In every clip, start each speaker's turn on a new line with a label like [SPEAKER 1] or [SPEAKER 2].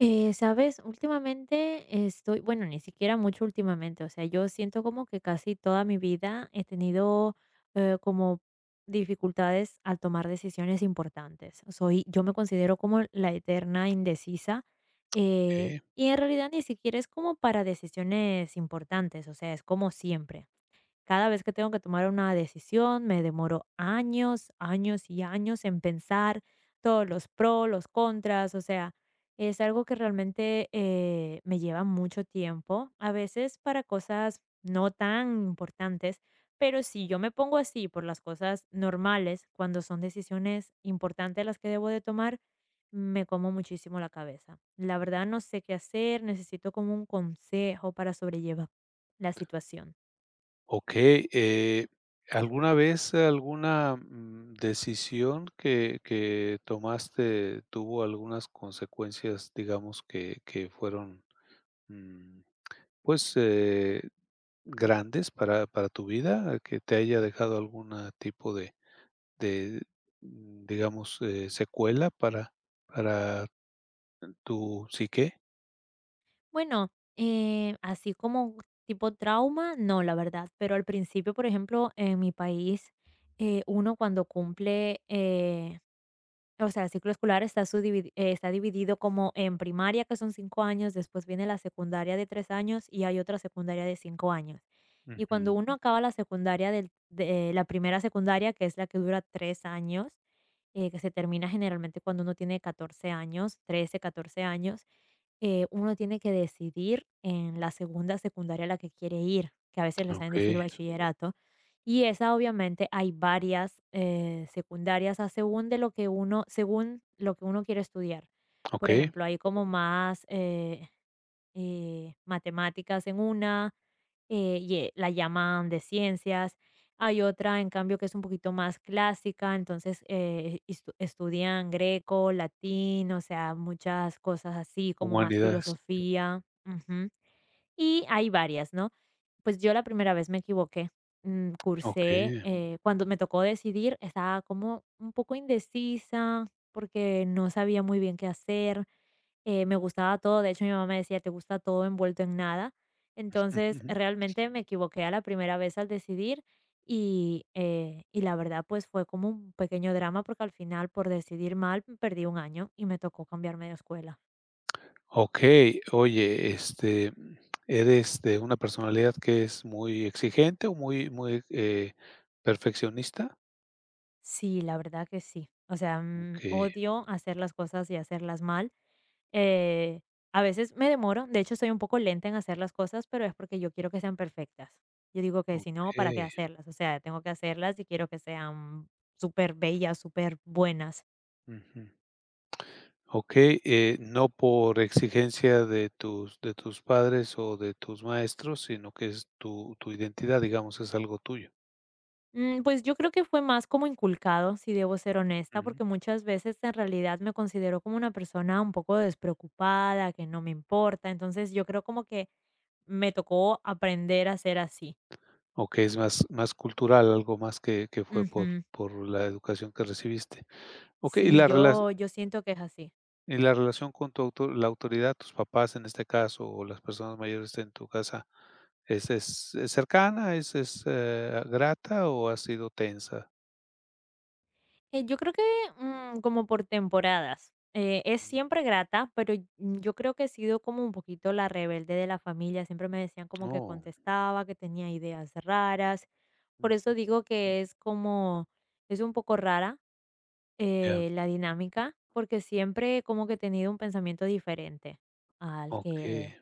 [SPEAKER 1] ¿Sabes? Últimamente estoy, bueno, ni siquiera mucho últimamente, o sea, yo siento como que casi toda mi vida he tenido como dificultades al tomar decisiones importantes. Yo me considero como la eterna indecisa
[SPEAKER 2] Okey,
[SPEAKER 1] y en realidad ni siquiera es como para decisiones importantes, o sea, es como siempre. Cada vez que tengo que tomar una decisión, me demoro años, años y años en pensar todos los pros, los contras, o sea, es algo que realmente me lleva mucho tiempo, a veces para cosas no tan importantes, pero si yo me pongo así por las cosas normales, cuando son decisiones importantes las que debo de tomar, me como muchísimo la cabeza. La verdad no sé qué hacer, necesito como un consejo para sobrellevar la situación.
[SPEAKER 2] okey, ¿alguna vez alguna, decisión que tomaste tuvo algunas consecuencias, digamos, que fueron, mm, pues, eh, grandes para tu vida, que te haya dejado alguna tipo de de, digamos, secuela para para tu psique?
[SPEAKER 1] Bueno, así como tipo trauma, no, la verdad, pero al principio, por ejemplo, en mi país, uno cuando cumple, o sea, el ciclo escolar está dividido como en primaria, que son 5 años, después viene la secundaria de 3 años y hay otra secundaria de 5 años. Y cuando uno
[SPEAKER 2] Ujú,
[SPEAKER 1] acaba la secundaria, la primera secundaria, que es la que dura 3 años, que se termina generalmente cuando uno tiene 14 años, 13, 14 años, uno tiene que decidir en la segunda secundaria a la que quiere ir, que a veces le saben decir
[SPEAKER 2] okey,
[SPEAKER 1] bachillerato. Y esa obviamente hay varias secundarias a según de lo que uno, según lo que uno quiere estudiar. Por
[SPEAKER 2] okey,
[SPEAKER 1] ejemplo, hay como más, matemáticas en una, y la llaman de ciencias. Hay otra, en cambio, que es un poquito más clásica, entonces estudian greco, latín, o sea, muchas cosas así, como más
[SPEAKER 2] humanidades,
[SPEAKER 1] filosofía. Ujú. Y hay varias, ¿no? Pues yo la primera vez me equivoqué.
[SPEAKER 2] okey.
[SPEAKER 1] Cuando me tocó decidir, estaba como un poco indecisa porque no sabía muy bien qué hacer me gustaba todo, de hecho mi mamá me decía, te gusta todo envuelto en nada. Entonces, realmente me equivoqué a la primera vez al decidir y la verdad pues fue como un pequeño drama porque al final por decidir mal perdí un año y me tocó cambiarme de escuela.
[SPEAKER 2] Okey. Oye, este, ¿eres de una personalidad que es muy exigente o muy muy, perfeccionista?
[SPEAKER 1] Sí, la verdad que sí. O sea,
[SPEAKER 2] Okey,
[SPEAKER 1] odio hacer las cosas y hacerlas mal. Eh, a veces me demoro, de hecho soy un poco lenta en hacer las cosas, pero es porque yo quiero que sean perfectas. Yo digo que si no, ¿para qué
[SPEAKER 2] okey.
[SPEAKER 1] hacerlas? O sea, tengo que hacerlas y quiero que sean súper bellas, súper buenas.
[SPEAKER 2] Ujú. Okey, no por exigencia de tus padres o de tus maestros, sino que es tu tu identidad, digamos, es algo tuyo.
[SPEAKER 1] Pues yo creo que fue más como inculcado, si debo ser honesta,
[SPEAKER 2] Ujú.
[SPEAKER 1] porque muchas veces en realidad me considero como una persona un poco despreocupada, que no me importa. Entonces yo creo como que me tocó aprender a ser así.
[SPEAKER 2] Okey, es más más cultural, algo más que fue por
[SPEAKER 1] Ujú.
[SPEAKER 2] la educación que recibiste. Okey, y
[SPEAKER 1] Sí,
[SPEAKER 2] la rela
[SPEAKER 1] yo siento que es así.
[SPEAKER 2] y la relación con tu auto la autoridad, tus papás en este caso, o las personas mayores en tu casa, ¿es cercana, es, grata o ha sido tensa?
[SPEAKER 1] Yo creo que como por temporadas. Es
[SPEAKER 2] Mm.
[SPEAKER 1] siempre grata, pero yo creo que he sido como un poquito la rebelde de la familia. Siempre me decían como que
[SPEAKER 2] Oh,
[SPEAKER 1] contestaba, que tenía ideas raras. Por
[SPEAKER 2] mm,
[SPEAKER 1] eso digo que es un poco rara
[SPEAKER 2] ya,
[SPEAKER 1] la dinámica, porque siempre como que he tenido un pensamiento diferente al que
[SPEAKER 2] okey.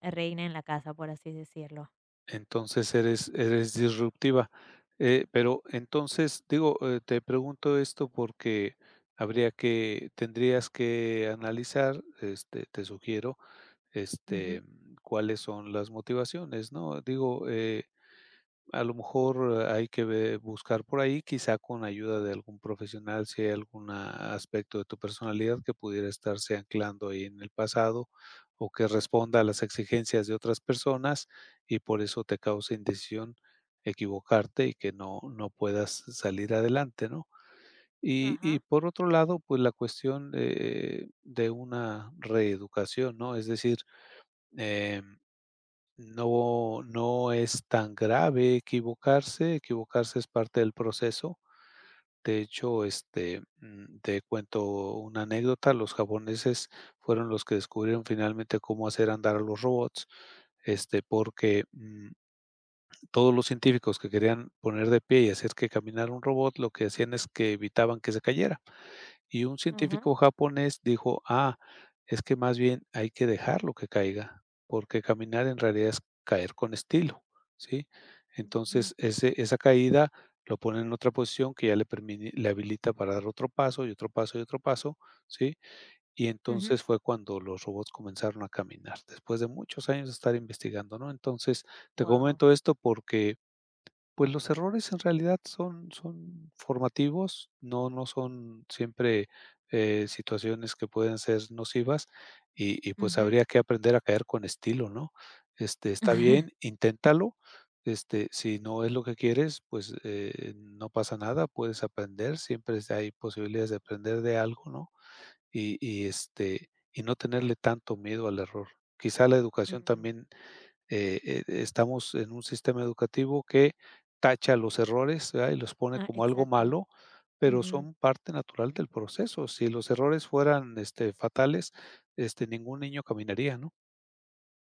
[SPEAKER 1] reina en la casa, por así decirlo.
[SPEAKER 2] Entonces eres eres disruptiva. Pero entonces, digo, te pregunto esto porque habría que tendrías que analizar, este, te sugiero,
[SPEAKER 1] Ujú.
[SPEAKER 2] este, cuáles son las motivaciones, ¿no? Digo, a lo mejor, hay que ve buscar por ahí, quizá con ayuda de algún profesional, si hay algún aspecto de tu personalidad que pudiera estarse anclando ahí en el pasado, o que responda a las exigencias de otras personas, y por eso te causa indecisión equivocarte y que no no puedas salir adelante, ¿no? Y
[SPEAKER 1] Ajá,
[SPEAKER 2] por otro lado, pues la cuestión, de una reeducación, ¿no? Es decir, eh no, no es tan grave equivocarse, equivocarse es parte del proceso. De hecho, este, te cuento una anécdota, los japoneses fueron los que descubrieron finalmente cómo hacer andar a los robots, este, porque, todos los científicos que querían poner de pie y hacer que caminara un robot, lo que hacían es que evitaban que se cayera. Y un
[SPEAKER 1] ajá,
[SPEAKER 2] científico japonés dijo: "Ah, es que más bien hay que dejarlo que caiga, porque caminar en realidad es caer con estilo", ¿sí?
[SPEAKER 1] ujú, ujú.
[SPEAKER 2] Entonces, ese esa caída lo pone en otra posición que ya le permite le habilita para dar otro paso, y otro paso, y otro paso, ¿sí? Y
[SPEAKER 1] Ujú.
[SPEAKER 2] entonces fue cuando los robots comenzaron a caminar, después de muchos años de estar investigando, ¿no? Entonces, te
[SPEAKER 1] Wow.
[SPEAKER 2] comento esto porque pues los errores en realidad son son formativos, no no son siempre, situaciones que pueden ser nocivas y pues
[SPEAKER 1] Ujú.
[SPEAKER 2] habría que aprender a caer con estilo, ¿no? Este, está bien, inténtalo, este, si no es lo que quieres, pues, no pasa nada, puedes aprender, siempre es hay posibilidades de aprender de algo, ¿no? Y, este, y no tenerle tanto miedo al error. Quizá la educación
[SPEAKER 1] Mm,
[SPEAKER 2] también estamos en un sistema educativo que tacha los errores, ¿verdad? Y los pone
[SPEAKER 1] ah,
[SPEAKER 2] como algo
[SPEAKER 1] exacto.
[SPEAKER 2] malo, pero
[SPEAKER 1] Ujú.
[SPEAKER 2] son parte natural del proceso. Si los errores fueran, este, fatales, este, ningún niño caminaría, ¿no?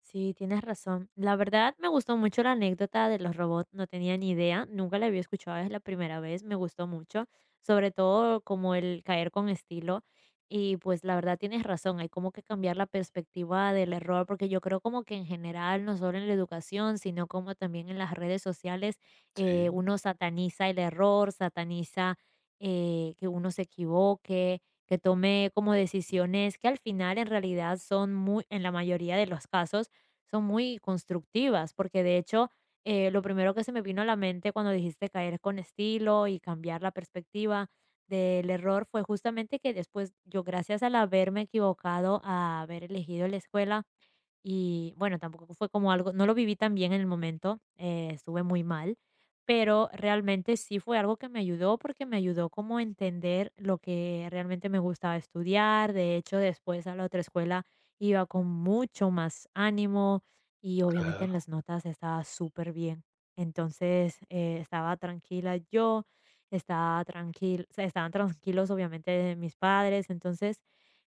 [SPEAKER 1] Sí, tienes razón. La verdad me gustó mucho la anécdota de los robots, no tenía ni idea, nunca la había escuchado, es la primera vez, me gustó mucho, sobre todo como el caer con estilo. Y pues la verdad tienes razón, hay como que cambiar la perspectiva del error, porque yo creo como que en general, no solo en la educación, sino como también en las redes sociales,
[SPEAKER 2] Sí,
[SPEAKER 1] uno sataniza el error, sataniza que uno se equivoque, que tome como decisiones que al final en realidad son muy, en la mayoría de los casos, son muy constructivas, porque de hecho, lo primero que se me vino a la mente cuando dijiste caer con estilo y cambiar la perspectiva del error fue justamente que después yo, gracias al haberme equivocado, a haber elegido la escuela, y bueno, tampoco fue como algo, no lo viví tan bien en el momento, estuve muy mal, pero realmente sí fue algo que me ayudó porque me ayudó como a entender lo que realmente me gustaba estudiar. De hecho, después a la otra escuela iba con mucho más ánimo y obviamente en
[SPEAKER 2] claro,
[SPEAKER 1] las notas estaba súper bien. Entonces, estaba tranquila yo, o sea, estaban tranquilos obviamente mis padres. Entonces,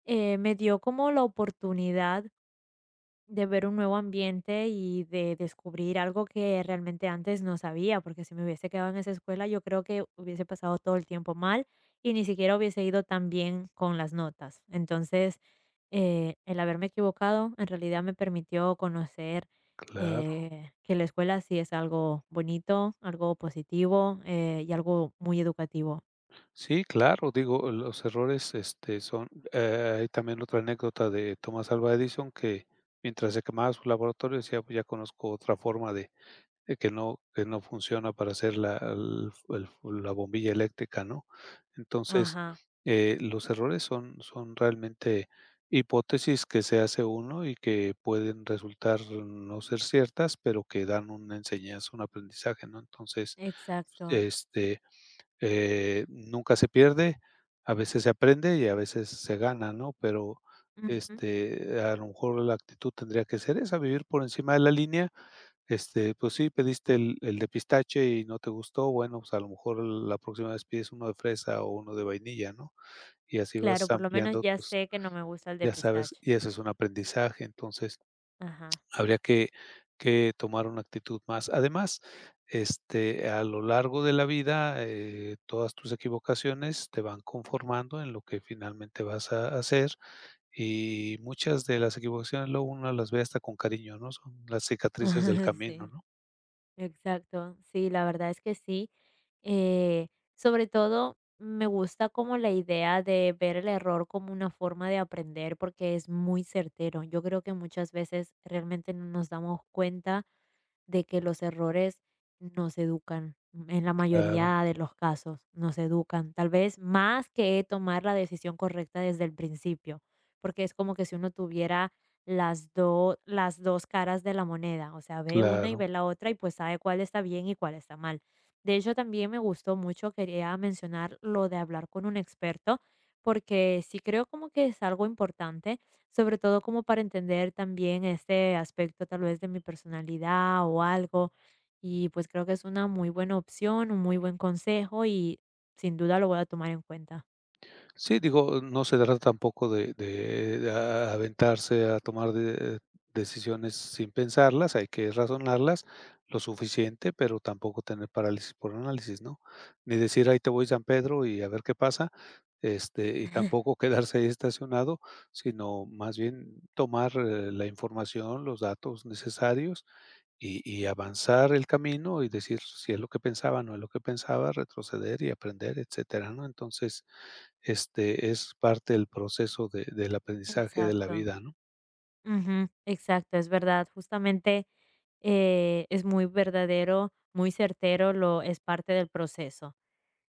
[SPEAKER 1] me dio como la oportunidad de ver un nuevo ambiente y de descubrir algo que realmente antes no sabía, porque si me hubiese quedado en esa escuela, yo creo que hubiese pasado todo el tiempo mal y ni siquiera hubiese ido tan bien con las notas. Entonces, el haberme equivocado en realidad me permitió conocer
[SPEAKER 2] claro.
[SPEAKER 1] que la escuela sí es algo bonito, algo positivo y algo muy educativo.
[SPEAKER 2] Sí, claro, digo, los errores, este, son hay también otra anécdota de Thomas Alva Edison que mientras se quemaba su laboratorio decía: "Pues ya conozco otra forma de eh, que no funciona para hacer la el la bombilla eléctrica, ¿no? Entonces,
[SPEAKER 1] Ajá,
[SPEAKER 2] los errores son son realmente hipótesis que se hace uno y que pueden resultar no ser ciertas, pero que dan una enseñanza, un aprendizaje, ¿no? Entonces,
[SPEAKER 1] exacto.
[SPEAKER 2] este, nunca se pierde, a veces se aprende y a veces se gana, ¿no? Pero,
[SPEAKER 1] Ujú.
[SPEAKER 2] este, a lo mejor la actitud tendría que ser esa, vivir por encima de la línea este, pues sí, pediste el de pistache y no te gustó, bueno, pues a lo mejor la próxima vez pides uno de fresa o uno de vainilla, ¿no? Y así vas
[SPEAKER 1] Claro, por lo menos
[SPEAKER 2] ampliando,
[SPEAKER 1] ya
[SPEAKER 2] pues,
[SPEAKER 1] sé que no me gusta el de
[SPEAKER 2] ya sabes,
[SPEAKER 1] pistache.
[SPEAKER 2] y eso es un aprendizaje, entonces,
[SPEAKER 1] Ajá.
[SPEAKER 2] habría que tomar una actitud más. Además, este, a lo largo de la vida, todas tus equivocaciones te van conformando en lo que finalmente vas a hacer, y muchas de las equivocaciones luego uno las ve hasta con cariño, ¿no? Son las cicatrices del
[SPEAKER 1] Ajá,
[SPEAKER 2] camino,
[SPEAKER 1] sí,
[SPEAKER 2] ¿no?
[SPEAKER 1] exacto. Sí, la verdad es que sí. Eh, Sobre todo me gusta como la idea de ver el error como una forma de aprender porque es muy certero. Yo creo que muchas veces realmente no nos damos cuenta de que los errores nos educan, en la
[SPEAKER 2] Claro.
[SPEAKER 1] mayoría de los casos nos educan, tal vez más que tomar la decisión correcta desde el principio, porque es como que si uno tuviera las dos caras de la moneda, o sea, ve una y
[SPEAKER 2] Claro.
[SPEAKER 1] ve la otra y pues sabe cuál está bien y cuál está mal. De hecho, también me gustó mucho, quería mencionar lo de hablar con un experto, porque sí creo como que es algo importante sobre todo como para entender también este aspecto tal vez de mi personalidad o algo. Y pues creo que es una muy buena opción, un muy buen consejo y sin duda lo voy a tomar en cuenta.
[SPEAKER 2] Sí, digo, no se trata tampoco de de a aventarse a tomar de decisiones sin pensarlas, hay que razonarlas lo suficiente, pero tampoco tener parálisis por análisis, ¿no? Ni decir: "Ahí te voy, San Pedro, y a ver qué pasa", este, y tampoco quedarse ahí estacionado, sino más bien tomar, la información, los datos necesarios y avanzar el camino y decir si es lo que pensaba, no es lo que pensaba, retroceder y aprender, etcétera, ¿no? Entonces este, es parte del proceso de del aprendizaje de la
[SPEAKER 1] Exacto.
[SPEAKER 2] vida, ¿no?
[SPEAKER 1] Ujú, exacto, es verdad. Justamente es muy verdadero, muy certero, lo es parte del proceso.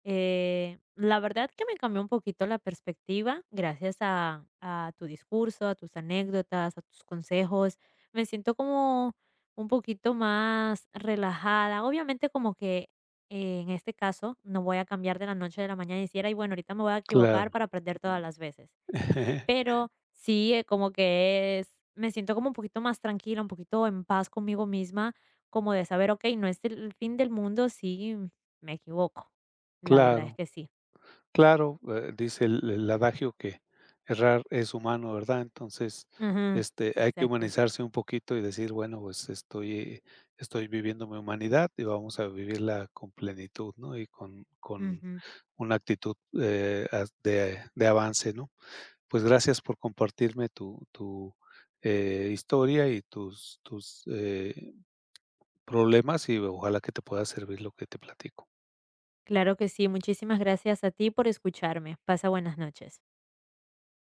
[SPEAKER 1] La verdad que me cambió un poquito la perspectiva gracias a, tu discurso, a tus anécdotas, a tus consejos. Me siento como un poquito más relajada. Obviamente como que en este caso no voy a cambiar de la noche a la mañana y decir, ay, bueno, ahorita me voy a equivocar
[SPEAKER 2] Claro,
[SPEAKER 1] para aprender todas las veces. Pero sí, como que es me siento como un poquito más tranquila, un poquito en paz conmigo misma, como de saber, okey, no es el fin del mundo si me equivoco. La verdad es
[SPEAKER 2] claro,
[SPEAKER 1] que sí.
[SPEAKER 2] claro, dice el adagio que errar es humano, ¿verdad? Entonces,
[SPEAKER 1] Ujú,
[SPEAKER 2] este, hay que
[SPEAKER 1] exacto.
[SPEAKER 2] humanizarse un poquito y decir, bueno, pues estoy estoy viviendo mi humanidad y vamos a vivirla con plenitud, ¿no? Y con
[SPEAKER 1] Ujú.
[SPEAKER 2] una actitud, as de avance, ¿no? Pues gracias por compartirme tu tu, historia y tus tus, problemas y ojalá que te pueda servir lo que te platico.
[SPEAKER 1] Claro que sí. Muchísimas gracias a ti por escucharme. Pasa buenas noches.